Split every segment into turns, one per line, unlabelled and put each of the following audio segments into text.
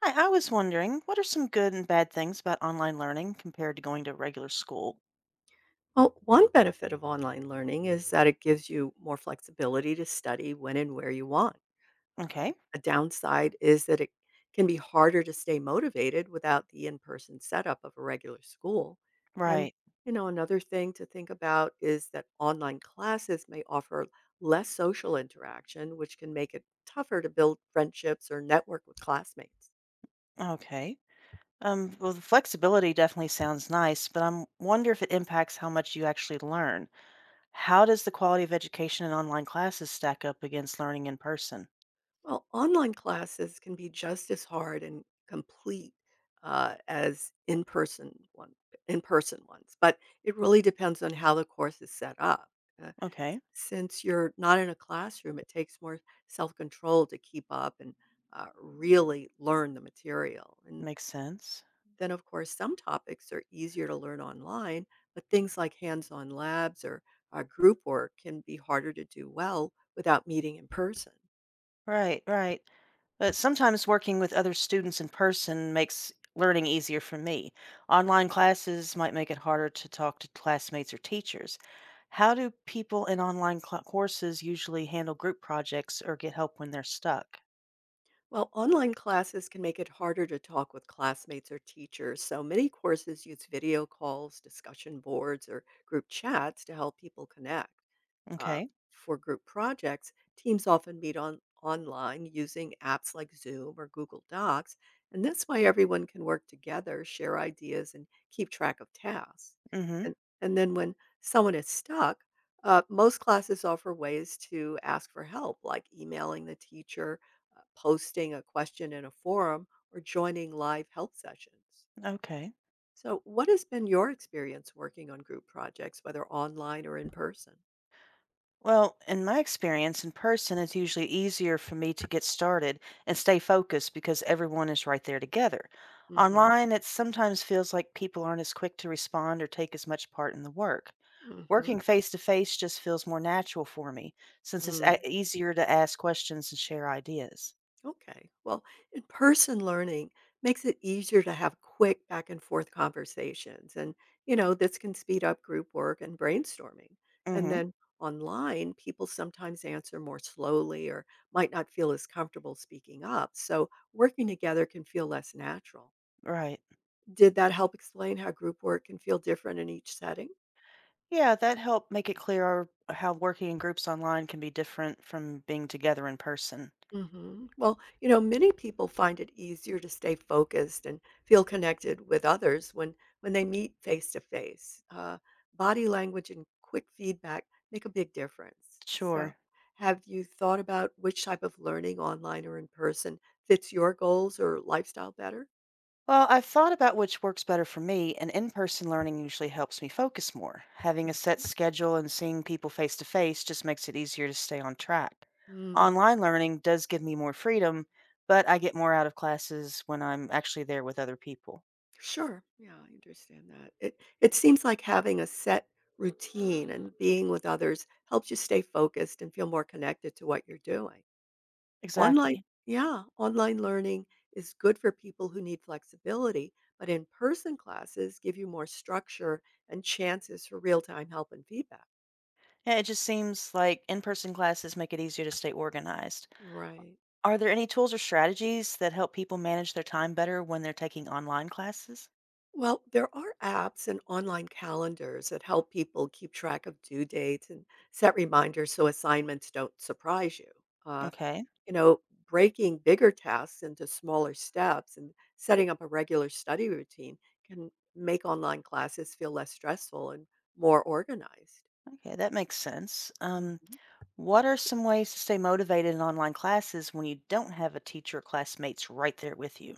Hi, I was wondering, what are some good and bad things about online learning compared to going to regular school?
Well, one benefit of online learning is that it gives you more flexibility to study when and where you want. Uh,
Okay,
a downside is that it can be harder to stay motivated without the in person setup of a regular school. And,
right.
another thing to think about is that online classes may offer less social interaction, which can make it tougher to build friendships or network with classmates.
Okay. Well, the flexibility definitely sounds nice, but I'm wonder if it impacts how much you actually learn. How does the quality of education in online classes stack up against learning in person?
Well, online classes can be just as hard and complete as in-person one, in-person ones, but it really depends on how the course is set up. Uh,
Okay,
since you're not in a classroom, it takes more self-control to keep up and really learn the material. And
makes sense.
then, of course, some topics are easier to learn online, but things like hands-on labs or group work can be harder to do well without meeting in person.
Right, right. But sometimes working with other students in person makes learning easier for me. Online classes might make it harder to talk to classmates or teachers. How do people in online courses usually handle group projects or get help when they're stuck?
Well, online classes can make it harder to talk with classmates or teachers, so many courses use video calls, discussion boards, or group chats to help people connect. Uh,
Okay.
for group projects, teams often meet on online using apps like Zoom or Google Docs, and this way everyone can work together, share ideas, and keep track of tasks.
Mm-hmm.
And, and then when someone is stuck, most classes offer ways to ask for help, like emailing the teacher, posting a question in a forum, or joining live help sessions.
Okay.
So, what has been your experience working on group projects, whether online or in person?
Well, in my experience, in person, it's usually easier for me to get started and stay focused because everyone is right there together.
hmm
Online, it sometimes feels like people aren't as quick to respond or take as much part in the work.
Mhm.
Working face to face just feels more natural for me since
Mm.
easier to ask questions and share ideas.
Okay. Well, in-person learning makes it easier to have quick back and forth conversations. And this can speed up group work and brainstorming. And
Mm-hmm.
then online, people sometimes answer more slowly or might not feel as comfortable speaking up. So working together can feel less natural.
Right.
Did that help explain how group work can feel different in each setting?
Yeah, that helped make it clear how working in groups online can be different from being together in person.
Mhm. Well, you know, many people find it easier to stay focused and feel connected with others when they meet face to face. Body language and quick feedback make a big difference. So,
Sure.
have you thought about which type of learning, online or in person, fits your goals or lifestyle better?
Well, I've thought about which works better for me, and in person learning usually helps me focus more. Having a set schedule and seeing people face to face just makes it easier to stay on track.
Mm.
Online learning does give me more freedom, but I get more out of classes when I'm actually there with other people.
Sure. Yeah, I understand that. It seems like having a set routine and being with others helps you stay focused and feel more connected to what you're doing. Online
Exactly.
yeah, online learning is good for people who need flexibility, but in-person classes give you more structure and chances for real-time help and feedback.
Yeah, it just seems like in person classes make it easier to stay organized.
Right.
Are there any tools or strategies that help people manage their time better when they're taking online classes?
Well, there are apps and online calendars that help people keep track of due dates and set reminders so assignments don't surprise you. Uh,
Okay.
you know, breaking bigger tasks into smaller steps and setting up a regular study routine can make online classes feel less stressful and more organized.
Okay, that makes sense.
Mhm.
What are some ways to stay motivated in online classes when you don't have a teacher or classmates right there with you?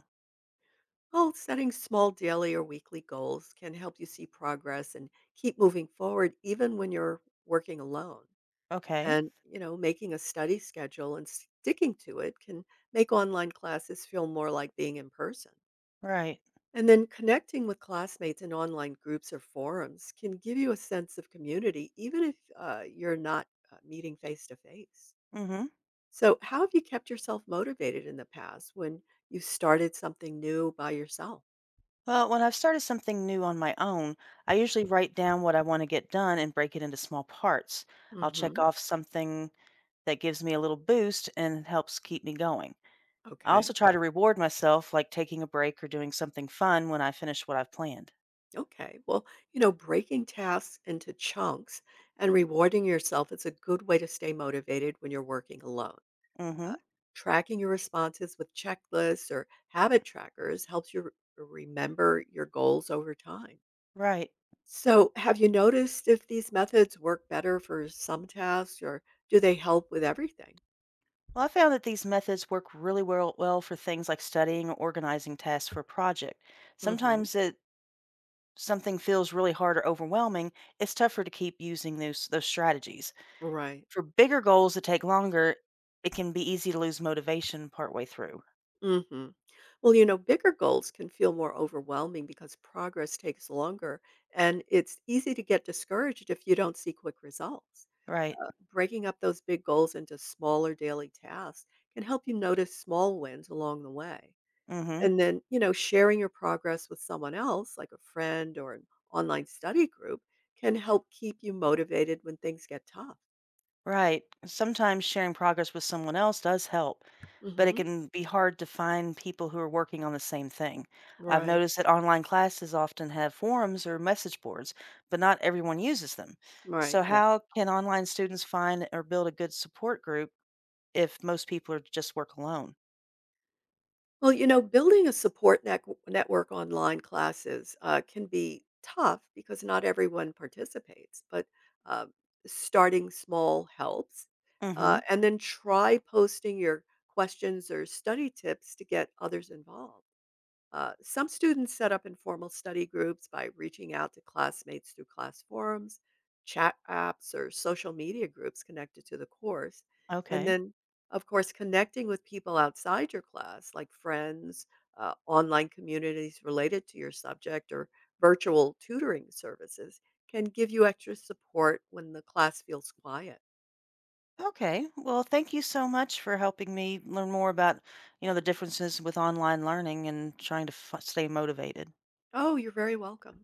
Well, setting small daily or weekly goals can help you see progress and keep moving forward even when you're working alone.
Okay.
And making a study schedule and sticking to it can make online classes feel more like being in person.
Right.
And then connecting with classmates in online groups or forums can give you a sense of community, even if you're not meeting face to face.
Mm-hmm.
So, how have you kept yourself motivated in the past when you started something new by yourself?
Well, when I've started something new on my own, I usually write down what I want to get done and break it into small parts. I'll check
hmm
off something that gives me a little boost and helps keep me going. I
Okay.
also try to reward myself, like taking a break or doing something fun when I finish what I've planned.
Okay. Well, breaking tasks into chunks and rewarding yourself is a good way to stay motivated when you're working alone. Uh,
Mm-hmm.
tracking your responses with checklists or habit trackers helps you remember your goals over time.
Right.
So, have you noticed if these methods work better for some tasks or do they help with everything?
Well, I found that these methods work really well, well for things like studying or organizing tasks for a project.
hmm
Sometimes it something feels really hard or overwhelming, it's tougher to keep using those strategies.
Right.
For bigger goals that take longer, it can be easy to lose motivation partway through.
hmm Well, you know, bigger goals can feel more overwhelming because progress takes longer, and it's easy to get discouraged if you don't see quick results.
Right.
Breaking up those big goals into smaller daily tasks can help you notice small wins along the way.
Mhm.
And then sharing your progress with someone else, like a friend or an online study group, can help keep you motivated when things get tough.
Right. Sometimes sharing progress with someone else does help, but it
hmm
can be hard to find people who are working on the same thing. I've
Right,
noticed that online classes often have forums or message boards, but not everyone uses them. So
right. Yeah.
how can online students find or build a good support group if most people are just work alone?
Well, you know, building a support network online classes can be tough because not everyone participates, but uh, starting small helps. Uh,
Mhm.
and then try posting your questions or study tips to get others involved. Some students set up informal study groups by reaching out to classmates through class forums, chat apps, or social media groups connected to the course. And
Okay.
then, of course, connecting with people outside your class, like friends, online communities related to your subject, or virtual tutoring services, can give you extra support when the class feels quiet.
Okay. Well, thank you so much for helping me learn more about, you know, the differences with online learning and trying to stay motivated.
Oh, you're very welcome.